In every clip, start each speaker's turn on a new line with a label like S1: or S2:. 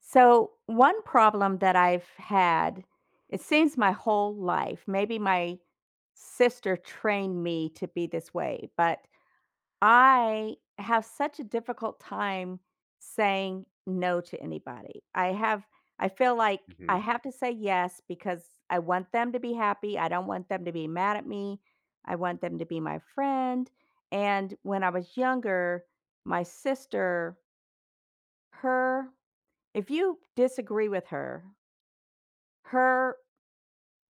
S1: So, one problem that I've had, it seems my whole life, maybe my sister trained me to be this way, but I have such a difficult time saying no to anybody. I have, I feel like
S2: Mhm.
S1: I have to say yes because I want them to be happy. I don't want them to be mad at me. I want them to be my friend. And when I was younger, my sister, her if you disagree with her, her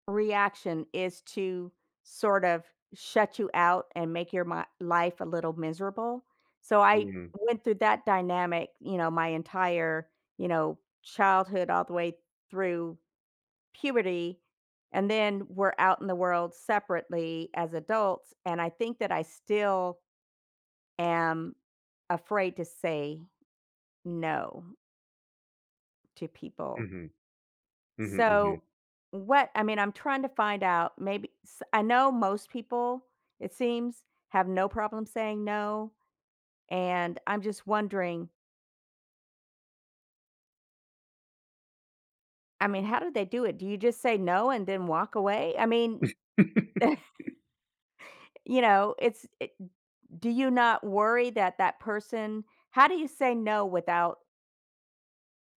S1: reaction is to sort of shut you out and make your mi life a little miserable. So I
S2: Mhm.
S1: went through that dynamic, my entire childhood all the way through puberty, and then we're out in the world separately as adults, and I think that I still am afraid to say no to people.
S2: Mhm. Mhm, mhm.
S1: So, what I mean, I'm trying to find out maybe s I know most people, it seems, have no problem saying no, and I'm just wondering, I mean, how do they do it? Do you just say no and then walk away? I mean, you know, it's it do you not worry that that person how do you say no without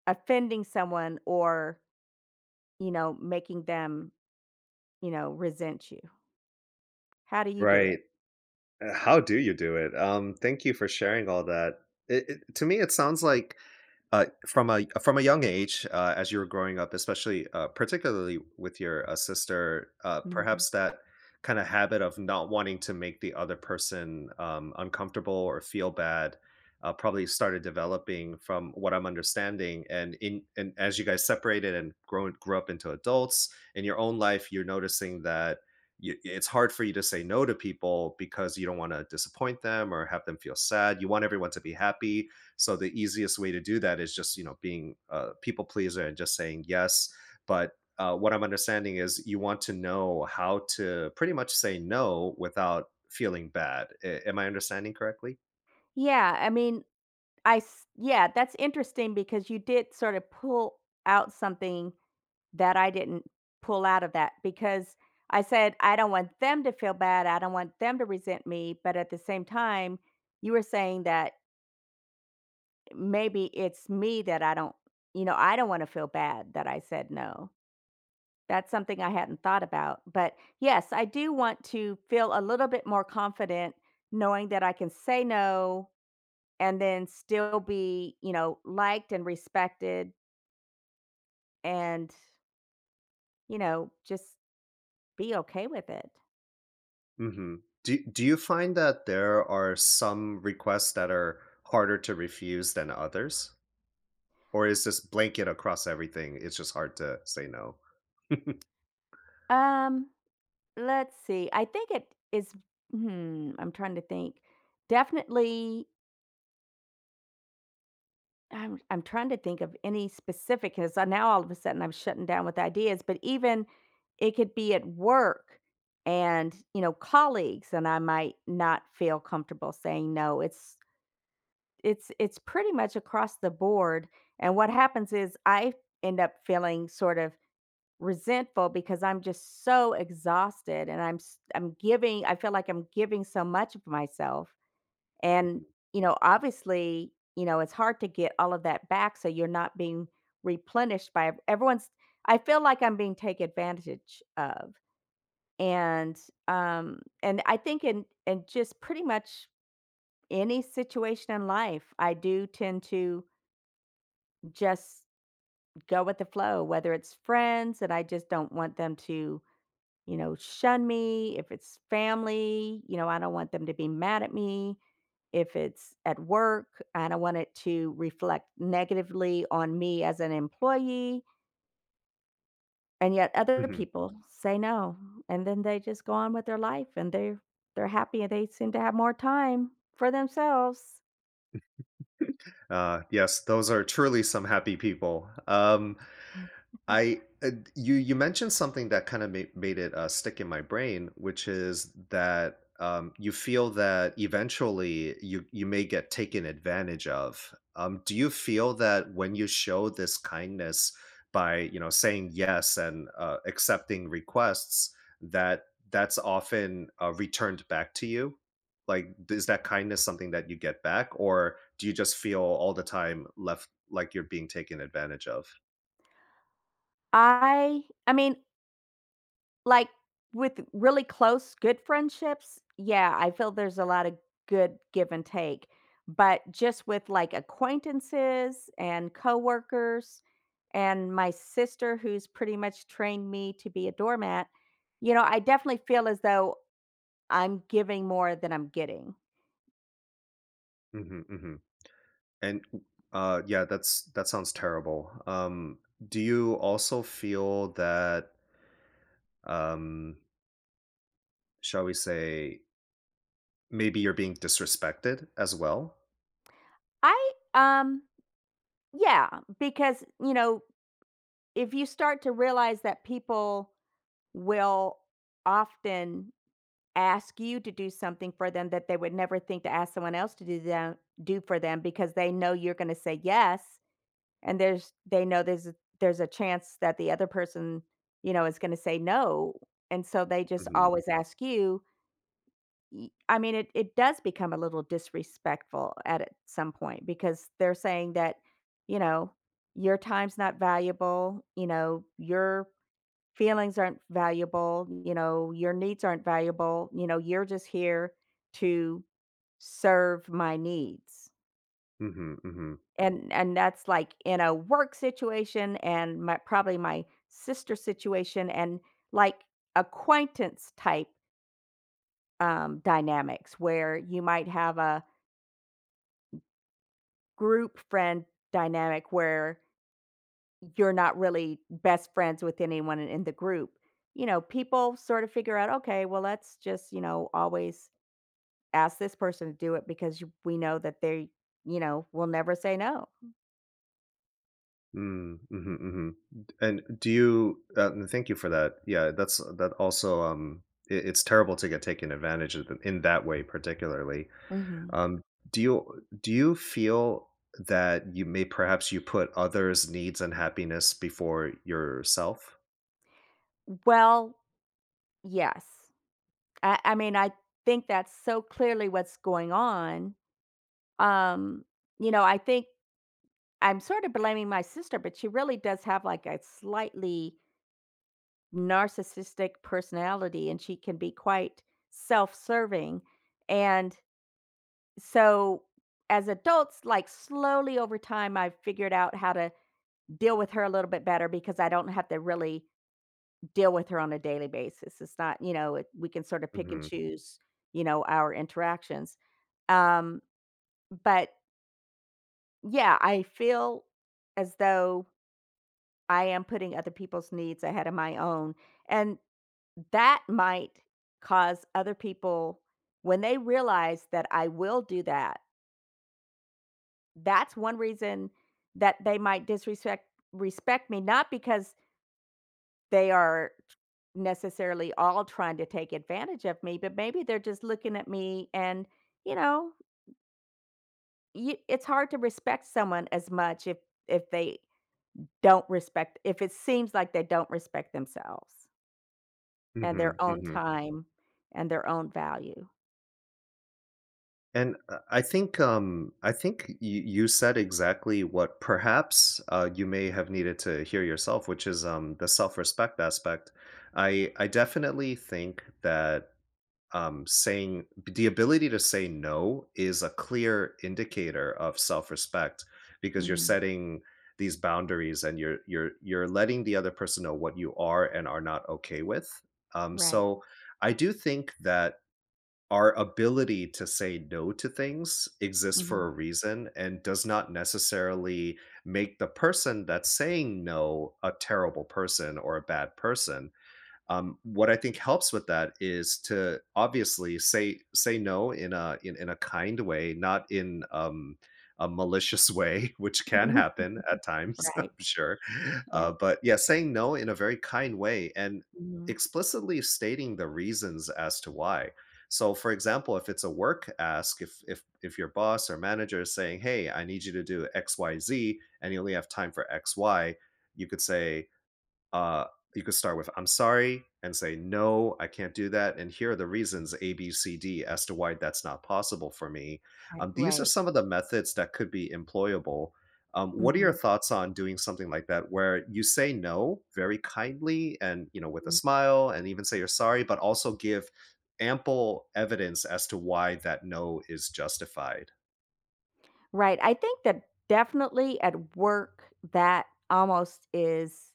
S1: offending someone or, making them, resent you? How do you do
S2: Right.
S1: it?
S2: How do you do it? Thank you for sharing all that. It to me, it sounds like from a young age, as you were growing up, especially particularly with your sister,
S1: Mhm.
S2: perhaps that kind of habit of not wanting to make the other person uncomfortable or feel bad probably started developing from what I'm understanding. And as you guys separated and grown grew up into adults in your own life, you're noticing that you, it's hard for you to say no to people because you don't want to disappoint them or have them feel sad. You want everyone to be happy, so the easiest way to do that is just, you know, being a people pleaser and just saying yes. But what I'm understanding is you want to know how to pretty much say no without feeling bad. Am I understanding correctly?
S1: Yeah, I mean, I s yeah, that's interesting because you did sort of pull out something that I didn't pull out of that because I said, "I don't want them to feel bad, I don't want them to resent me," but at the same time, you were saying that maybe it's me that I don't I don't wanna feel bad that I said no. That's something I hadn't thought about, but yes, I do want to feel a little bit more confident knowing that I can say no and then still be, liked and respected and, just be okay with it.
S2: Hmm. Do you find that there are some requests that are harder to refuse than others, or is this blanket across everything? It's just hard to say no.
S1: Um, let's see, I think it is I'm trying to think. Definitely I'm trying to think of any specific 'cause I now all of a sudden I'm shutting down with ideas, but even it could be at work and, colleagues, and I might not feel comfortable saying no. It's pretty much across the board, and what happens is I end up feeling sort of resentful because I'm just so exhausted and I feel like I'm giving so much of myself and, obviously, it's hard to get all of that back so you're not being replenished by everyone's I feel like I'm being taken advantage of. And and I think in just pretty much any situation in life, I do tend to just go with the flow, whether it's friends and I just don't want them to, shun me; if it's family, I don't want them to be mad at me. If it's at work, I don't want it to reflect negatively on me as an employee. And yet other
S2: Mhm.
S1: people say no. And then they just go on with their life and they're happy and they seem to have more time for themselves.
S2: Yes, those are truly some happy people. I You you mentioned something that kind of made it stick in my brain, which is that you feel that eventually you may get taken advantage of. Do you feel that when you show this kindness by, you know, saying yes and, accepting requests that that's often, returned back to you? Like, is that kindness something that you get back, or do you just feel all the time left like you're being taken advantage of?
S1: I mean, like, with really close, good friendships, yeah, I feel there's a lot of good give and take, but just with, like, acquaintances and coworkers and my sister who's pretty much trained me to be a doormat, I definitely feel as though I'm giving more than I'm getting.
S2: Hmm. Hmm. And yeah, that's that sounds terrible. Do you also feel that, um, shall we say, maybe you're being disrespected as well?
S1: I yeah, because if you start to realize that people will often ask you to do something for them that they would never think to ask someone else to do for them because they know you're going to say yes. And there's they know there's a chance that the other person, is gonna say no, and so they just
S2: Mhm.
S1: always ask you. Y I mean, it does become a little disrespectful at some point because they're saying that, you know, "Your time's not valuable," "Your feelings aren't valuable," "Your needs aren't valuable," "You're just here to serve my needs."
S2: Mhm, mhm.
S1: And that's, like, in a work situation and my probably my sister situation and, like, acquaintance type, dynamics where you might have a group friend dynamic where you're not really best friends with anyone in the group. You know, people sort of figure out, "Okay, well, let's just, always ask this person to do it because you we know that they, will never say no."
S2: Mm, mhm, mhm. And do you and thank you for that. Yeah, that's that also, I it's terrible to get taken advantage of in that way particularly.
S1: Mhm.
S2: Um, do you feel that you may perhaps you put others' needs and happiness before yourself?
S1: Well, yes. I mean, I think that's so clearly what's going on. Um, I think I'm sort of blaming my sister, but she really does have like a slightly narcissistic personality and she can be quite self-serving. And so as adults, like slowly over time, I've figured out how to deal with her a little bit better because I don't have to really deal with her on a daily basis. It's not, we can sort of pick and
S2: Mhm.
S1: choose, our interactions. Um, but yeah, I feel as though I am putting other people's needs ahead of my own. And that might cause other people, when they realize that I will do that, that's one reason that they might disrespect respect me, not because they are necessarily all trying to take advantage of me, but maybe they're just looking at me and, you know, you it's hard to respect someone as much if they don't respect if it seems like they don't respect themselves and
S2: Mhm.
S1: their own
S2: Mhm.
S1: time and their own value.
S2: And I think you said exactly what perhaps you may have needed to hear yourself, which is, the self-respect aspect. I definitely think that, saying the ability to say no is a clear indicator of self-respect, because you're
S1: Mhm.
S2: setting these boundaries and you're letting the other person know what you are and are not okay with.
S1: Right.
S2: So I do think that our ability to say no to things exists for a
S1: Mhm.
S2: reason and does not necessarily make the person that's saying no a terrible person or a bad person. What I think helps with that is to obviously say no in a kind way, not in, a malicious way, which can happen at times, I'm
S1: Right.
S2: sure.
S1: Yes.
S2: But yeah, saying no in a very kind way and
S1: Mhm.
S2: explicitly stating the reasons as to why. So, for example, if it's a work ask, if your boss or manager is saying, "Hey, I need you to do X, Y, Z," and you only have time for X, Y, you could say, uh, you could start with, I'm sorry, and say, no, I can't do that. And here are the reasons A, B, C, D as to why that's not possible for me.
S1: Right,
S2: These are
S1: right.
S2: some of the methods that could be employable. What are your
S1: Mhm.
S2: thoughts on doing something like that where you say no very kindly and, you know, with a smile and even say you're sorry, but also give ample evidence as to why that no is justified?
S1: Right, I think that definitely at work, that almost is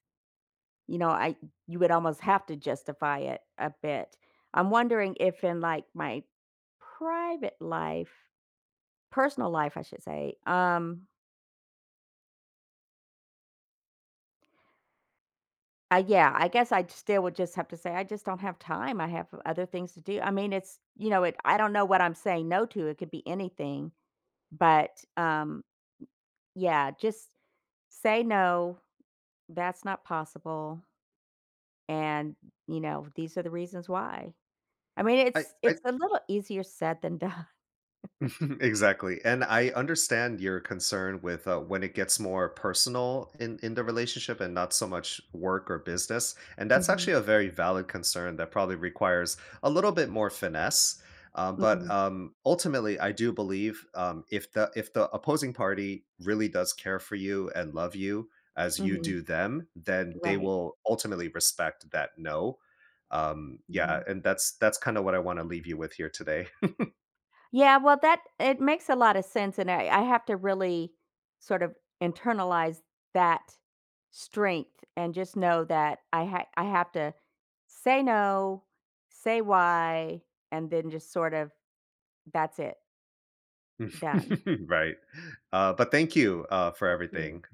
S1: I you would almost have to justify it a bit. I'm wondering if in, like, my private life personal life, I should say, yeah, I guess I still would just have to say, "I just don't have time, I have other things to do." I mean, it's it I don't know what I'm saying no to, it could be anything, but, yeah, just say, "No, that's not possible." And, these are the reasons why. I mean,
S2: I
S1: it's a little easier said than done.
S2: Exactly. And I understand your concern with, when it gets more personal in the relationship and not so much work or business. And that's
S1: Mhm.
S2: actually a very valid concern that probably requires a little bit more finesse. But
S1: Mhm,
S2: ultimately, I do believe, if the opposing party really does care for you and love you as you
S1: mhm,
S2: do them, then they
S1: right.
S2: will ultimately respect that no. Yeah,
S1: Mhm.
S2: and that's kind of what I want to leave you with here today.
S1: Yeah, well, that it makes a lot of sense, and I have to really sort of internalize that strength and just know that I have to say no, say why, and then just sort of that's it, done.
S2: Right. But thank you, for
S1: Thank you.
S2: everything.